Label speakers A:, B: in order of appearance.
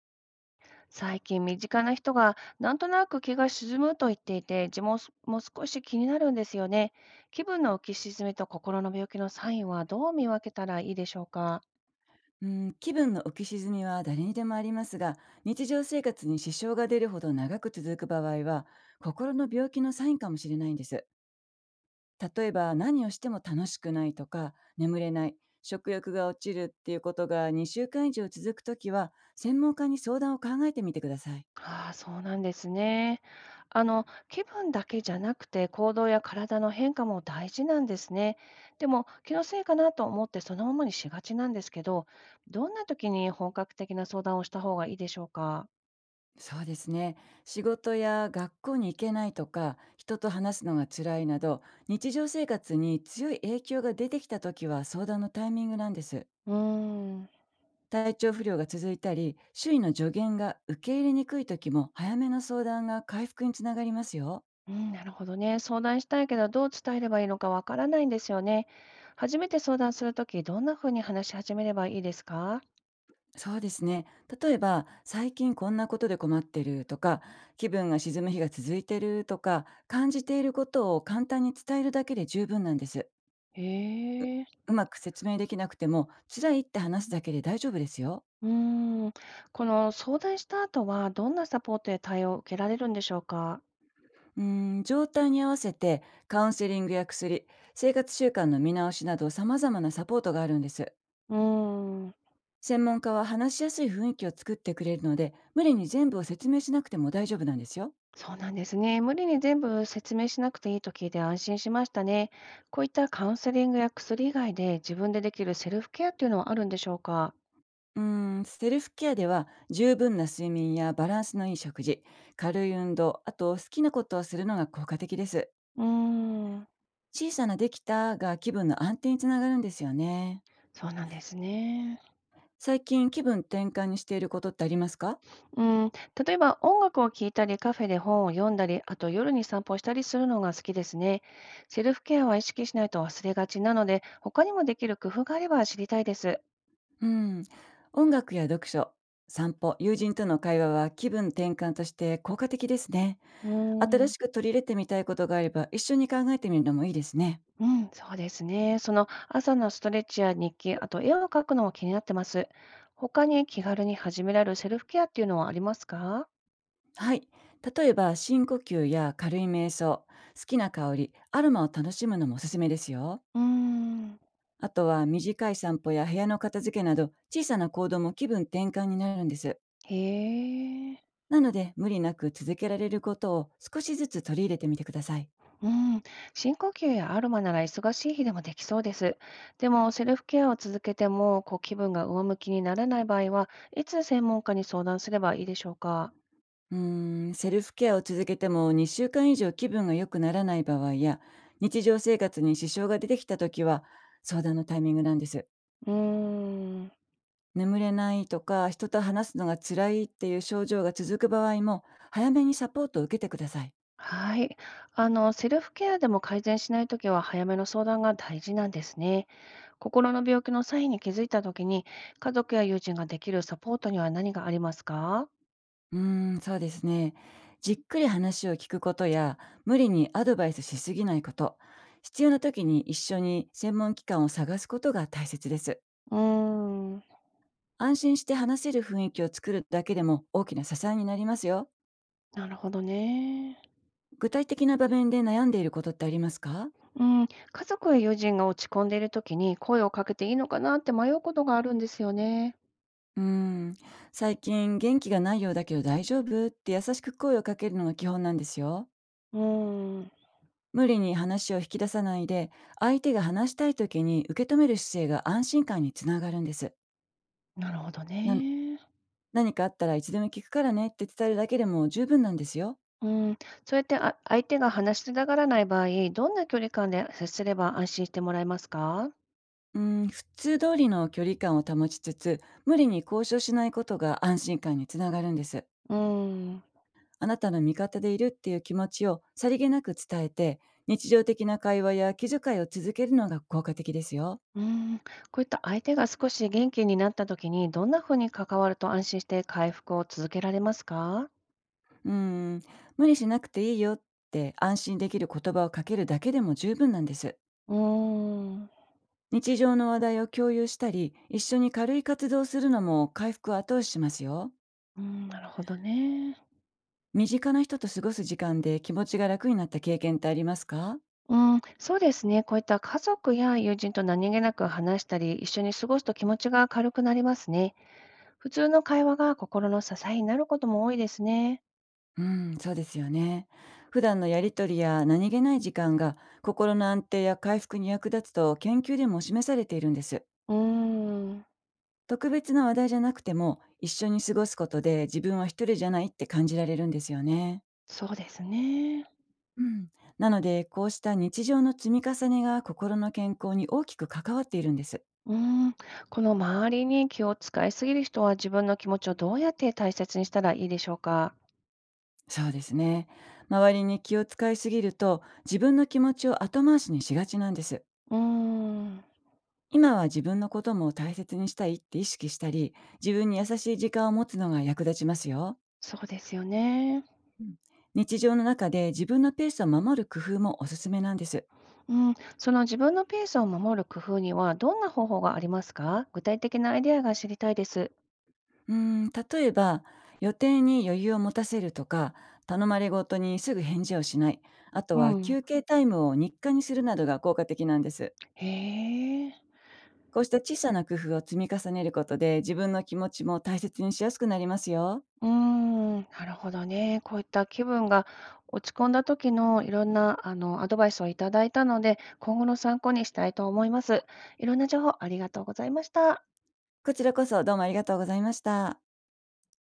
A: 最近身近な人がなんとなく気が沈むと言っていて、自分も少し気になるんですよね。気分の浮き沈みと心の病気のサインはどう見分けたらいいでしょうか。
B: うん、気分の浮き沈みは誰にでもありますが、日常生活に支障が出るほど長く続く場合は心の病気のサインかもしれないんです。例えば何をしても楽しくないとか、眠れない、食欲が落ちるっていうことが2週間以上続くときは、専門家に相談を考えてみてください。
A: ああ、そうなんですね。気分だけじゃなくて行動や体の変化も大事なんですね。でも気のせいかなと思ってそのままにしがちなんですけど、どんな時に本格的な相談をした方がいいでしょうか。
B: そうですね。仕事や学校に行けないとか、人と話すのが辛いなど、日常生活に強い影響が出てきたときは相談のタイミングなんです。
A: うーん。
B: 体調不良が続いたり、周囲の助言が受け入れにくい時も、早めの相談が回復につながりますよ。
A: うん、なるほどね。相談したいけど、どう伝えればいいのかわからないんですよね。初めて相談するとき、どんなふうに話し始めればいいですか？
B: そうですね。例えば、最近こんなことで困ってるとか、気分が沈む日が続いてるとか、感じていることを簡単に伝えるだけで十分なんです。
A: へえ。
B: うまく説明できなくても、辛いって話すだけで大丈夫ですよ。
A: うーん、この相談した後は、どんなサポートや対応を受けられるんでしょうか？
B: 状態に合わせて、カウンセリングや薬、生活習慣の見直しなど様々なサポートがあるんです。
A: うーん、
B: 専門家は話しやすい雰囲気を作ってくれるので、無理に全部を説明しなくても大丈夫なんですよ。
A: そうなんですね。無理に全部説明しなくていいと聞いて安心しましたね。こういったカウンセリングや薬以外で自分でできるセルフケアっていうのはあるんでしょうか？
B: うーセルフケアでは十分な睡眠やバランスのいい食事、軽い運動、あと好きなことをするのが効果的です。
A: うーん、
B: 小さなできたが気分の安定につながるんですよね。
A: そうなんですね。
B: 最近気分転換にしていることってありますか？
A: うん、例えば音楽を聴いたりカフェで本を読んだり、あと夜に散歩したりするのが好きですね。セルフケアは意識しないと忘れがちなので、他にもできる工夫があれば知りたいです。
B: うん、音楽や読書、散歩、友人との会話は気分転換として効果的ですね。
A: うー
B: 新
A: ん、
B: しく取り入れてみたいことがあれば、一緒に考えてみるのもいいですね。
A: うん、そうですね。その朝のストレッチや日記、あと絵を描くのも気になってます。他に気軽に始められるセルフケアっていうのはありますか？
B: はい。例えば、深呼吸や軽い瞑想、好きな香り、アロマを楽しむのもおすすめですよ。
A: うーん、
B: あとは、短い散歩や部屋の片付けなど、小さな行動も気分転換になるんです。
A: へえ。
B: なので、無理なく続けられることを少しずつ取り入れてみてください。
A: うん、深呼吸やアロマなら忙しい日でもできそうです。でも、セルフケアを続けても、こう気分が上向きにならない場合は、いつ専門家に相談すればいいでしょうか？
B: セルフケアを続けても2週間以上気分が良くならない場合や、日常生活に支障が出てきたときは、相談のタイミングなんです。
A: うーん、
B: 眠れないとか、人と話すのが辛いっていう症状が続く場合も、早めにサポートを受けてください。
A: はい。セルフケアでも改善しないときは、早めの相談が大事なんですね。心の病気のサインに気づいたときに、家族や友人ができるサポートには何がありますか？
B: うーん、そうですね。じっくり話を聞くことや、無理にアドバイスしすぎないこと、必要な時に一緒に専門機関を探すことが大切です。
A: うーん、
B: 安心して話せる雰囲気を作るだけでも大きな支えになりますよ。
A: なるほどね。
B: 具体的な場面で悩んでいることってありますか？
A: うん、家族や友人が落ち込んでいる時に声をかけていいのかなって迷うことがあるんですよね。
B: うーん、最近元気がないようだけど大丈夫って優しく声をかけるのが基本なんですよ。
A: うーん、
B: 無理に話を引き出さないで、相手が話したい時に受け止める姿勢が安心感につながるんです。
A: なるほど
B: な
A: ね。
B: 何かあったらいつでも聞くからねって伝えるだけでも十分なんですよ。
A: うん、そうやって相手が話したがらない場合、どんな距離感で接すれば安心してもらえますか？
B: うん、普通通りの距離感を保ちつつ、無理に交渉しないことが安心感につながるんです。
A: うん、
B: あなたの味方でいるっていう気持ちをさりげなく伝えて、日常的な会話や気遣いを続けるのが効果的ですよ。
A: うん、こういった相手が少し元気になった時にどんなふうに関わると安心して回復を続けられますか？
B: うん、無理しなくていいよって安心できる言葉をかけるだけでも十分なんです。
A: うーん、
B: 日常の話題を共有したり、一緒に軽い活動をするのも回復を後押ししますよ。
A: うん、なるほどね。
B: 身近な人と過ごす時間で気持ちが楽になった経験ってありますか？
A: うん、そうですね。こういった家族や友人と何気なく話したり、一緒に過ごすと気持ちが軽くなりますね。普通の会話が心の支えになることも多いですね。
B: うん、そうですよね。普段のやりとりや何気ない時間が心の安定や回復に役立つと研究でも示されているんです。
A: うーん、
B: 特別な話題じゃなくても一緒に過ごすことで自分は一人じゃないって感じられるんですよね。
A: そうですね。
B: うん、なのでこうした日常の積み重ねが心の健康に大きく関わっているんです。
A: うーん、この周りに気を使いすぎる人は自分の気持ちをどうやって大切にしたらいいでしょうか。
B: そうですね。周りに気を使いすぎると自分の気持ちを後回しにしがちなんです。
A: うーん、
B: 今は自分のことも大切にしたいって意識したり、自分に優しい時間を持つのが役立ちますよ。
A: そうですよね。
B: うん、日常の中で自分のペースを守る工夫もおすすめなんです。
A: うん、その自分のペースを守る工夫にはどんな方法がありますか？具体的なアイデアが知りたいです。
B: 例えば予定に余裕を持たせるとか、頼まれごとにすぐ返事をしない、あとは
A: うん。
B: 休憩タイムを日課にするなどが効果的なんです。
A: へえ。
B: こうした小さな工夫を積み重ねることで、自分の気持ちも大切にしやすくなりますよ。
A: うーん、なるほどね。こういった気分が落ち込んだ時のいろんな、アドバイスをいただいたので、今後の参考にしたいと思います。いろんな情報ありがとうございました。
B: こちらこそどうもありがとうございました。